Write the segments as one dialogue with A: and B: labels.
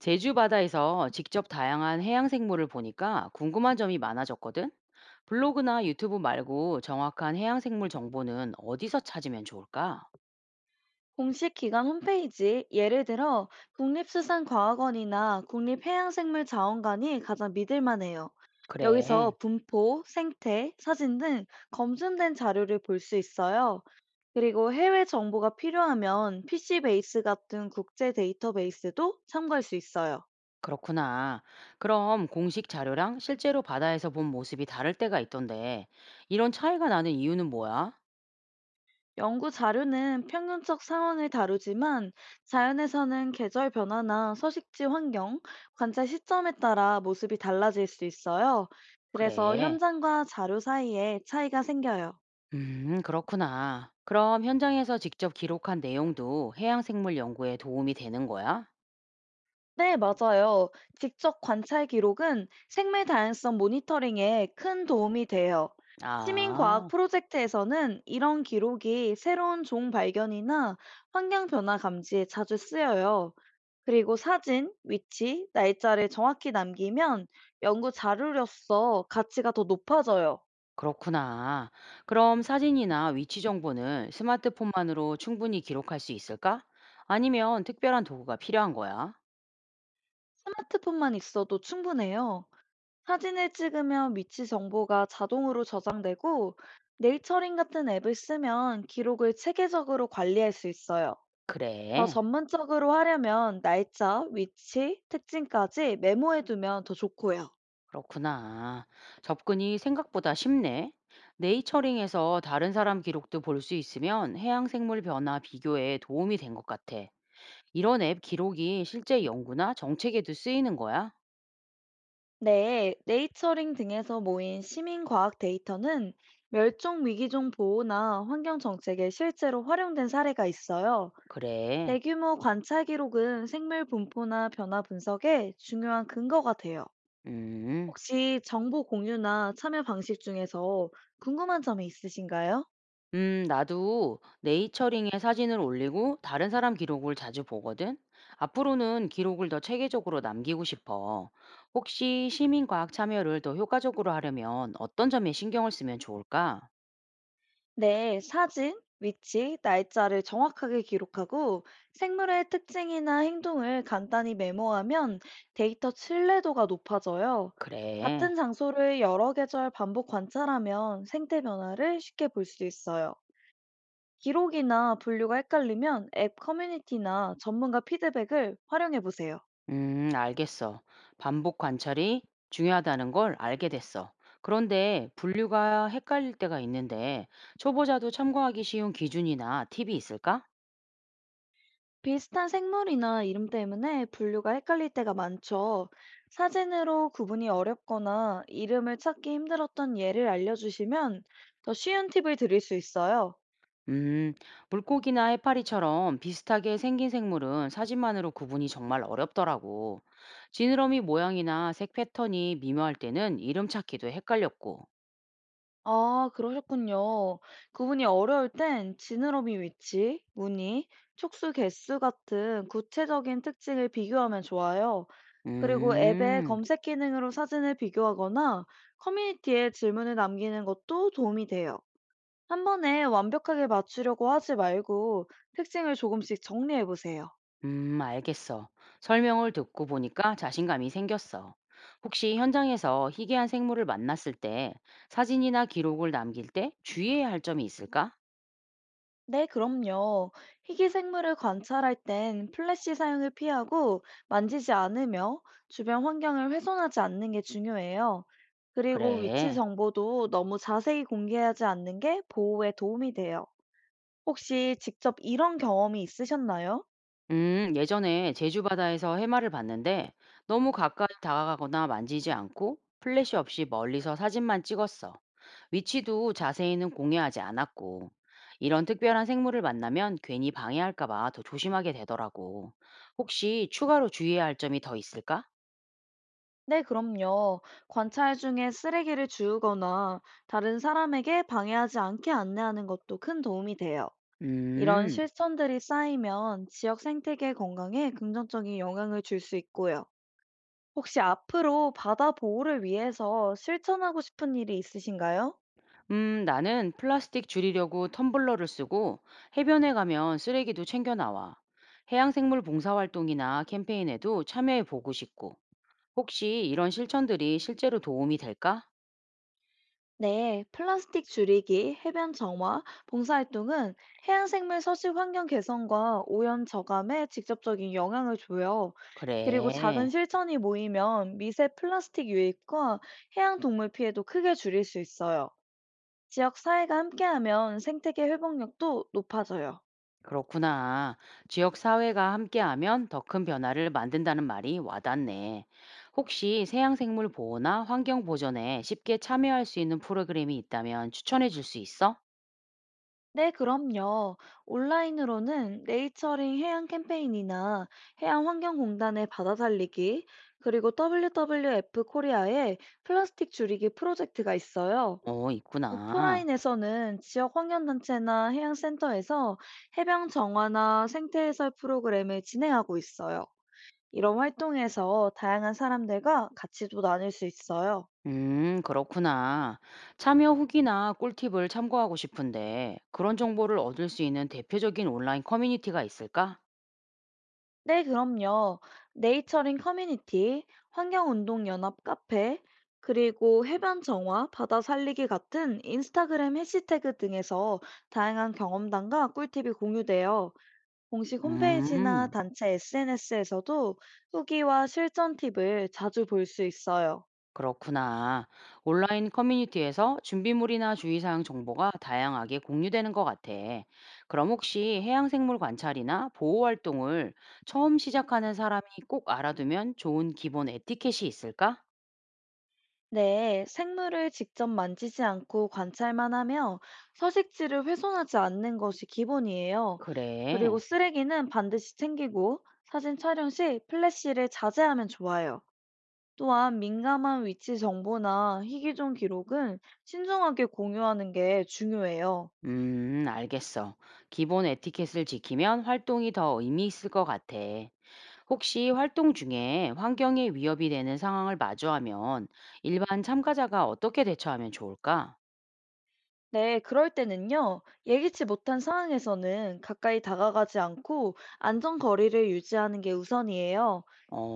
A: 제주 바다에서 직접 다양한 해양 생물을 보니까 궁금한 점이 많아졌거든? 블로그나 유튜브 말고 정확한 해양 생물 정보는 어디서 찾으면 좋을까?
B: 공식 기관 홈페이지, 예를 들어 국립수산과학원이나 국립해양생물자원관이 가장 믿을만해요.
A: 그래,
B: 여기서 분포, 생태, 사진 등 검증된 자료를 볼 수 있어요. 그리고 해외 정보가 필요하면 PC 베이스 같은 국제 데이터베이스도 참고할 수 있어요.
A: 그렇구나. 그럼 공식 자료랑 실제로 바다에서 본 모습이 다를 때가 있던데, 이런 차이가 나는 이유는 뭐야?
B: 연구 자료는 평균적 상황을 다루지만 자연에서는 계절 변화나 서식지 환경, 관찰 시점에 따라 모습이 달라질 수 있어요. 그래서
A: 그래.
B: 현장과 자료 사이에 차이가 생겨요.
A: 그렇구나. 그럼 현장에서 직접 기록한 내용도 해양 생물 연구에 도움이 되는 거야?
B: 네, 맞아요. 직접 관찰 기록은 생물 다양성 모니터링에 큰 도움이 돼요. 시민과학
A: 아.
B: 프로젝트에서는 이런 기록이 새로운 종 발견이나 환경 변화 감지에 자주 쓰여요. 그리고 사진, 위치, 날짜를 정확히 남기면 연구 자료로서 가치가 더 높아져요.
A: 그렇구나. 그럼 사진이나 위치 정보는 스마트폰만으로 충분히 기록할 수 있을까? 아니면 특별한 도구가 필요한 거야?
B: 스마트폰만 있어도 충분해요. 사진을 찍으면 위치 정보가 자동으로 저장되고 네이처링 같은 앱을 쓰면 기록을 체계적으로 관리할 수 있어요. 더
A: 그래,
B: 전문적으로 하려면 날짜, 위치, 특징까지 메모해 두면 더 좋고요.
A: 그렇구나. 접근이 생각보다 쉽네. 네이처링에서 다른 사람 기록도 볼 수 있으면 해양 생물 변화 비교에 도움이 된 것 같아. 이런 앱 기록이 실제 연구나 정책에도 쓰이는 거야?
B: 네, 네이처링 등에서 모인 시민 과학 데이터는 멸종 위기종 보호나 환경 정책에 실제로 활용된 사례가 있어요.
A: 그래.
B: 대규모 관찰 기록은 생물 분포나 변화 분석에 중요한 근거가 돼요.
A: 음.
B: 혹시 정보 공유나 참여 방식 중에서 궁금한 점이 있으신가요?
A: 나도 네이처링에 사진을 올리고 다른 사람 기록을 자주 보거든. 앞으로는 기록을 더 체계적으로 남기고 싶어. 혹시 시민과학 참여를 더 효과적으로 하려면 어떤 점에 신경을 쓰면 좋을까?
B: 네, 사진, 위치, 날짜를 정확하게 기록하고 생물의 특징이나 행동을 간단히 메모하면 데이터 신뢰도가 높아져요.
A: 그래.
B: 같은 장소를 여러 계절 반복 관찰하면 생태 변화를 쉽게 볼 수 있어요. 기록이나 분류가 헷갈리면 앱 커뮤니티나 전문가 피드백을 활용해 보세요.
A: 알겠어. 반복 관찰이 중요하다는 걸 알게 됐어. 그런데 분류가 헷갈릴 때가 있는데 초보자도 참고하기 쉬운 기준이나 팁이 있을까?
B: 비슷한 생물이나 이름 때문에 분류가 헷갈릴 때가 많죠. 사진으로 구분이 어렵거나 이름을 찾기 힘들었던 예를 알려주시면 더 쉬운 팁을 드릴 수 있어요.
A: 음, 물고기나 해파리처럼 비슷하게 생긴 생물은 사진만으로 구분이 정말 어렵더라고. 지느러미 모양이나 색 패턴이 미묘할 때는 이름 찾기도 헷갈렸고.
B: 아, 그러셨군요. 구분이 어려울 땐 지느러미 위치, 무늬, 촉수 개수 같은 구체적인 특징을 비교하면 좋아요. 그리고 앱의
A: 음,
B: 검색 기능으로 사진을 비교하거나 커뮤니티에 질문을 남기는 것도 도움이 돼요. 한 번에 완벽하게 맞추려고 하지 말고 특징을 조금씩 정리해 보세요.
A: 알겠어. 설명을 듣고 보니까 자신감이 생겼어. 혹시 현장에서 희귀한 생물을 만났을 때 사진이나 기록을 남길 때 주의해야 할 점이 있을까?
B: 네, 그럼요. 희귀 생물을 관찰할 땐 플래시 사용을 피하고 만지지 않으며 주변 환경을 훼손하지 않는 게 중요해요. 그리고 위치
A: 그래.
B: 정보도 너무 자세히 공개하지 않는 게 보호에 도움이 돼요. 혹시 직접 이런 경험이 있으셨나요?
A: 예전에 제주 바다에서 해마를 봤는데 너무 가까이 다가가거나 만지지 않고 플래시 없이 멀리서 사진만 찍었어. 위치도 자세히는 공유하지 않았고 이런 특별한 생물을 만나면 괜히 방해할까 봐 더 조심하게 되더라고. 혹시 추가로 주의해야 할 점이 더 있을까?
B: 네, 그럼요. 관찰 중에 쓰레기를 주우거나 다른 사람에게 방해하지 않게 안내하는 것도 큰 도움이 돼요. 이런
A: 음,
B: 실천들이 쌓이면 지역 생태계 건강에 긍정적인 영향을 줄 수 있고요. 혹시 앞으로 바다 보호를 위해서 실천하고 싶은 일이 있으신가요?
A: 나는 플라스틱 줄이려고 텀블러를 쓰고 해변에 가면 쓰레기도 챙겨 나와. 해양생물 봉사활동이나 캠페인에도 참여해 보고 싶고 혹시 이런 실천들이 실제로 도움이 될까?
B: 네, 플라스틱 줄이기, 해변 정화, 봉사활동은 해양생물 서식 환경 개선과 오염 저감에 직접적인 영향을 줘요. 그리고 작은
A: 그래,
B: 실천이 모이면 미세 플라스틱 유입과 해양 동물 피해도 크게 줄일 수 있어요. 지역 사회가 함께하면 생태계 회복력도 높아져요.
A: 그렇구나. 지역 사회가 함께하면 더 큰 변화를 만든다는 말이 와닿네. 혹시 해양생물 보호나 환경 보전에 쉽게 참여할 수 있는 프로그램이 있다면 추천해 줄 수 있어?
B: 네, 그럼요. 온라인으로는 네이처링 해양 캠페인이나 해양환경공단의 바다 살리기, 그리고 WWF 코리아의 플라스틱 줄이기 프로젝트가 있어요.
A: 어, 있구나.
B: 오프라인에서는 지역 환경단체나 해양센터에서 해병 정화나 생태 해설 프로그램을 진행하고 있어요. 이런 활동에서 다양한 사람들과 가치도 나눌 수 있어요.
A: 그렇구나. 참여 후기나 꿀팁을 참고하고 싶은데, 그런 정보를 얻을 수 있는 대표적인 온라인 커뮤니티가 있을까?
B: 네, 그럼요. 네이처링 커뮤니티, 환경운동연합 카페, 그리고 해변 정화, 바다 살리기 같은 인스타그램 해시태그 등에서 다양한 경험담과 꿀팁이 공유돼요. 공식 홈페이지나
A: 음.
B: 단체 SNS에서도 후기와 실전 팁을 자주 볼 수 있어요.
A: 그렇구나. 온라인 커뮤니티에서 준비물이나 주의사항 정보가 다양하게 공유되는 것 같아. 그럼 혹시 해양생물 관찰이나 보호 활동을 처음 시작하는 사람이 꼭 알아두면 좋은 기본 에티켓이 있을까?
B: 네, 생물을 직접 만지지 않고 관찰만 하며 서식지를 훼손하지 않는 것이 기본이에요.
A: 그래.
B: 그리고 쓰레기는 반드시 챙기고 사진 촬영 시 플래시를 자제하면 좋아요. 또한 민감한 위치 정보나 희귀종 기록은 신중하게 공유하는 게 중요해요.
A: 알겠어. 기본 에티켓을 지키면 활동이 더 의미 있을 것 같아. 혹시 활동 중에 환경에 위협이 되는 상황을 마주하면 일반 참가자가 어떻게 대처하면 좋을까?
B: 네, 그럴 때는요, 예기치 못한 상황에서는 가까이 다가가지 않고 안전 거리를 유지하는 게 우선이에요.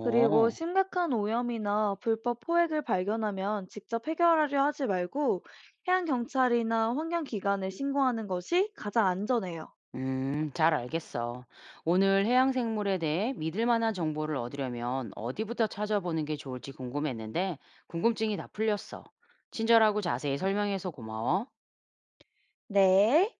B: 그리고 심각한 오염이나 불법 포획을 발견하면 직접 해결하려 하지 말고 해양경찰이나 환경기관에 신고하는 것이 가장 안전해요.
A: 잘 알겠어. 오늘 해양 생물에 대해 믿을 만한 정보를 얻으려면 어디부터 찾아보는 게 좋을지 궁금했는데, 궁금증이 다 풀렸어. 친절하고 자세히 설명해서 고마워.
B: 네.